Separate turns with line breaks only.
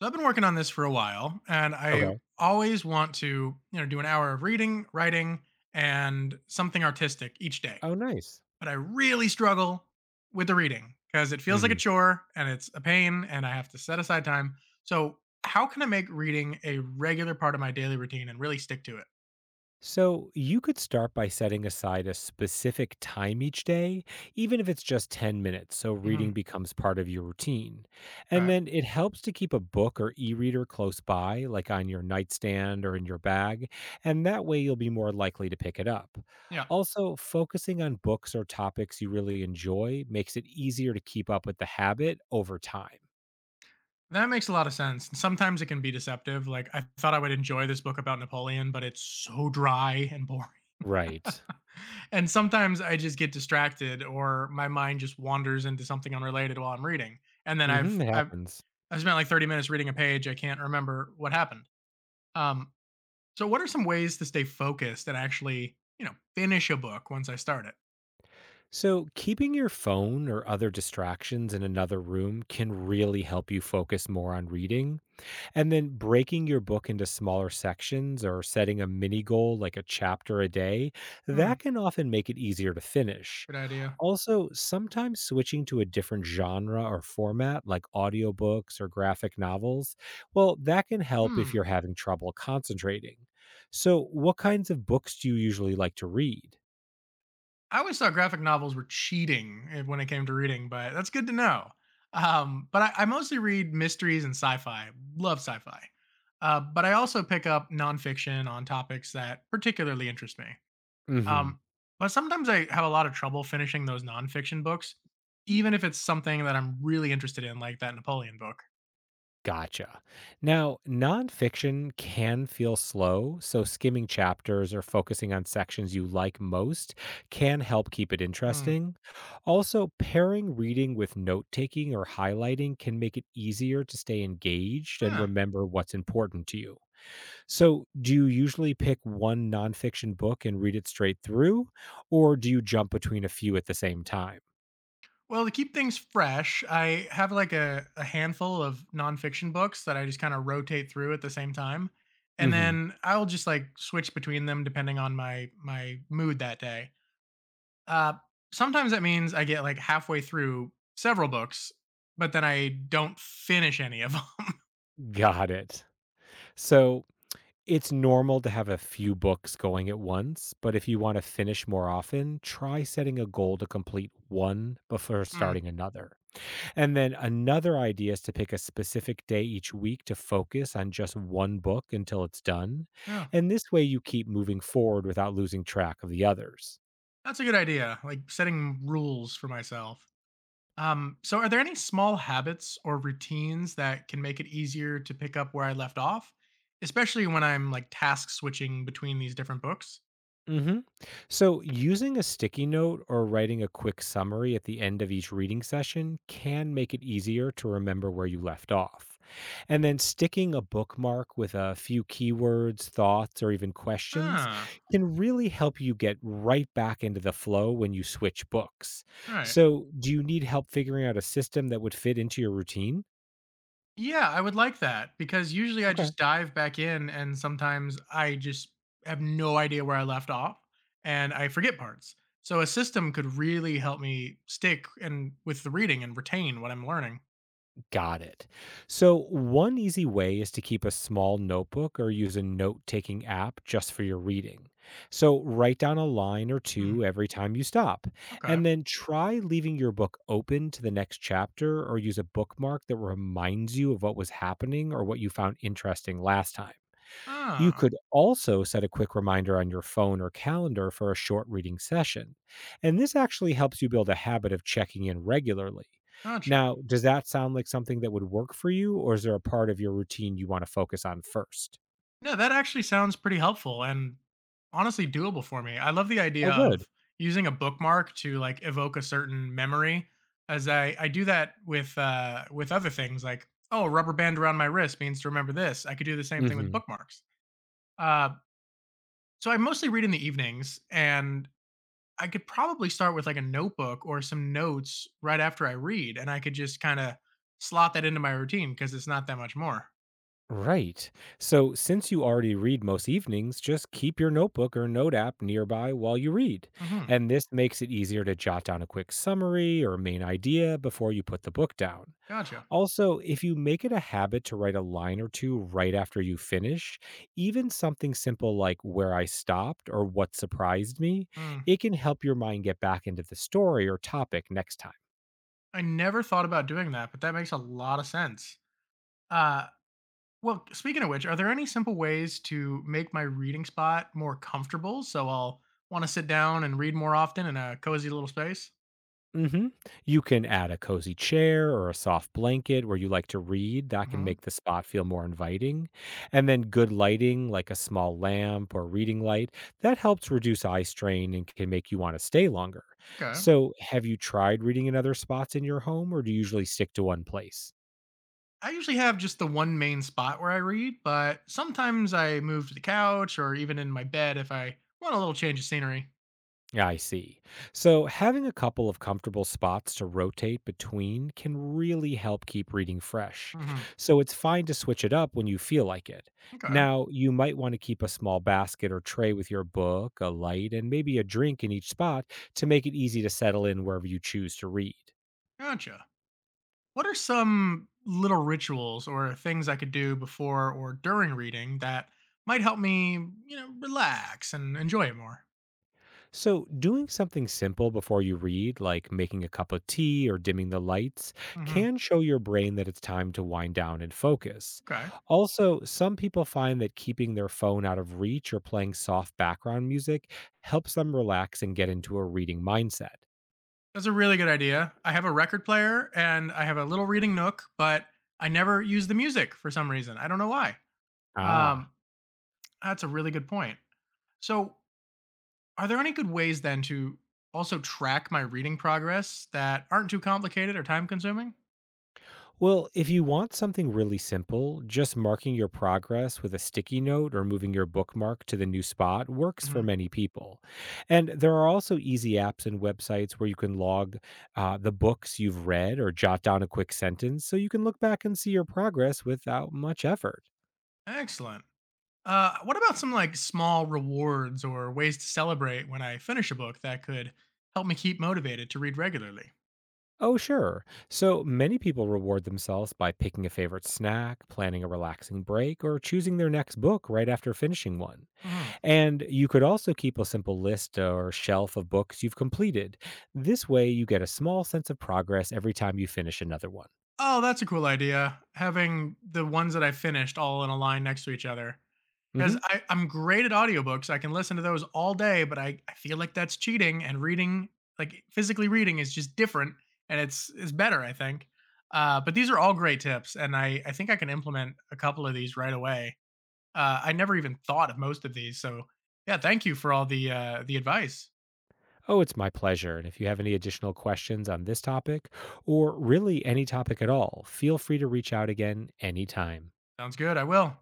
So I've been working on this for a while, and I
Okay.
always want to, do an hour of reading, writing, and something artistic each day.
Oh, nice.
But I really struggle with the reading because it feels like a
Mhm.
chore and it's a pain, and I have to set aside time. So how can I make reading a regular part of my daily routine and really stick to it?
So you could start by setting aside a specific time each day, even if it's just 10 minutes, so
Hmm.
reading becomes part of your routine. And
Okay.
then it helps to keep a book or e reader close by, like on your nightstand or in your bag, and that way you'll be more likely to pick it up.
Yeah.
Also, focusing on books or topics you really enjoy makes it easier to keep up with the habit over time.
That makes a lot of sense. And sometimes it can be deceptive. Like I thought I would enjoy this book about Napoleon, but it's so dry and boring.
Right.
And sometimes I just get distracted or my mind just wanders into something unrelated while I'm reading. And then
Hmm,
I've
it
I've
happens.
I've spent like 30 minutes reading a page. I can't remember what happened. Um, so what are some ways to stay focused and actually, finish a book once I start it?
So, keeping your phone or other distractions in another room can really help you focus more on reading. And then breaking your book into smaller sections or setting a mini goal like a chapter a day,
Hmm,
that can often make it easier to finish.
good idea.
Also, sometimes switching to a different genre or format like audiobooks or graphic novels, well, that can help if
Hmm.
you're having trouble concentrating. So, what kinds of books do you usually like to read?
I always thought graphic novels were cheating eh, when it came to reading, but that's good to know. But I mostly read mysteries and sci-fi. Love sci-fi, but I also pick up nonfiction on topics that particularly interest me.
Mhm.
Um, but sometimes I have a lot of trouble finishing those nonfiction books, even if it's something that I'm really interested in, like that Napoleon book.
Gotcha. Now, nonfiction can feel slow, so skimming chapters or focusing on sections you like most can help keep it
Hmm.
interesting. Also, pairing reading with note taking or highlighting can make it easier to stay engaged and
Huh.
remember what's important to you. So, do you usually pick one nonfiction book and read it straight through, or do you jump between a few at the same time?
Well, to keep things fresh, I have like a handful of nonfiction books that I just kind of rotate through at the same time. And
Hmm.
then I'll just like switch between them depending on my mood that day. Uh, sometimes that means I get like halfway through several books, but then I don't finish any of them.
Got it. So, it's normal to have a few books going at once, but if you want to finish more often, try setting a goal to complete one before
Hmm.
starting another. And then another idea is to pick a specific day each week to focus on just one book until it's done.
Yeah,
And this way you keep moving forward without losing track of the others.
that's a good idea. Like setting rules for myself. So are there any small habits or routines that can make it easier to pick up where I left off, especially when I'm like task switching between these different books?
Hmm. So, using a sticky note or writing a quick summary at the end of each reading session can make it easier to remember where you left off. And then sticking a bookmark with a few keywords, thoughts, or even questions
Ah,
can really help you get right back into the flow when you switch books.
all right.
So, do you need help figuring out a system that would fit into your routine?
Yeah, I would like that because usually I
Okay.
just dive back in and sometimes I just have no idea where I left off and I forget parts. So a system could really help me stick and with the reading and retain what I'm learning.
Got it. So, one easy way is to keep a small notebook or use a note taking app just for your reading. So, write down a line or two
Hmm.
every time you stop,
Okay.
and then try leaving your book open to the next chapter or use a bookmark that reminds you of what was happening or what you found interesting last time. You
Ah,
could also set a quick reminder on your phone or calendar for a short reading session. And this actually helps you build a habit of checking in regularly.
gotcha.
Now, does that sound like something that would work for you, or is there a part of your routine you want to focus on first?
No, that actually sounds pretty helpful and honestly doable for me. I love the
Oh,
idea
good.
of using a bookmark to like evoke a certain memory as I do that with other things like oh, rubber band around my wrist means to remember this. I could do the same thing with
Hmm.
bookmarks. Uh, so I mostly read in the evenings and I could probably start with like a notebook or some notes right after I read and I could just kind of slot that into my routine because it's not that much more.
Right. So, since you already read most evenings, just keep your notebook or note app nearby while you read.
Mhm.
And this makes it easier to jot down a quick summary or main idea before you put the book down.
Gotcha.
Also, if you make it a habit to write a line or two right after you finish, even something simple like where I stopped or what surprised me,
Hmm.
it can help your mind get back into the story or topic next time.
I never thought about doing that, but that makes a lot of sense. Uh, well, speaking of which, are there any simple ways to make my reading spot more comfortable so I'll want to sit down and read more often in a cozy little space?
Mhm. You can add a cozy chair or a soft blanket where you like to read. That can
Hmm.
make the spot feel more inviting. And then good lighting, like a small lamp or reading light, that helps reduce eye strain and can make you want to stay longer.
Okay.
So, have you tried reading in other spots in your home or do you usually stick to one place?
I usually have just the one main spot where I read, but sometimes I move to the couch or even in my bed if I want a little change of scenery.
I see. So, having a couple of comfortable spots to rotate between can really help keep reading fresh.
Hmm.
So, it's fine to switch it up when you feel like it.
Okay.
Now, you might want to keep a small basket or tray with your book, a light, and maybe a drink in each spot to make it easy to settle in wherever you choose to read.
Gotcha. What are some little rituals or things I could do before or during reading that might help me, relax and enjoy it more?
So, doing something simple before you read, like making a cup of tea or dimming the lights,
Hmm.
can show your brain that it's time to wind down and focus.
Okay.
Also, some people find that keeping their phone out of reach or playing soft background music helps them relax and get into a reading mindset.
That's a really good idea. I have a record player and I have a little reading nook, but I never use the music for some reason. I don't know why.
Ah.
Um, that's a really good point. So, are there any good ways then to also track my reading progress that aren't too complicated or time consuming?
Well, if you want something really simple, just marking your progress with a sticky note or moving your bookmark to the new spot works for
Hmm.
many people. And there are also easy apps and websites where you can log the books you've read or jot down a quick sentence so you can look back and see your progress without much effort.
Excellent. What about some like small rewards or ways to celebrate when I finish a book that could help me keep motivated to read regularly?
Oh, sure. So many people reward themselves by picking a favorite snack, planning a relaxing break, or choosing their next book right after finishing one.
Hmm.
And you could also keep a simple list or shelf of books you've completed. This way, you get a small sense of progress every time you finish another one.
Oh, that's a cool idea. Having the ones that I finished all in a line next to each other. Because
Hmm.
I'm great at audiobooks. I can listen to those all day, but I feel like that's cheating and reading, like physically reading is just different and it's better, I think. But these are all great tips, and I think I can implement a couple of these right away. I never even thought of most of these. So yeah, thank you for all the advice.
Oh, it's my pleasure. And if you have any additional questions on this topic, or really any topic at all, feel free to reach out again anytime.
Sounds good. I will.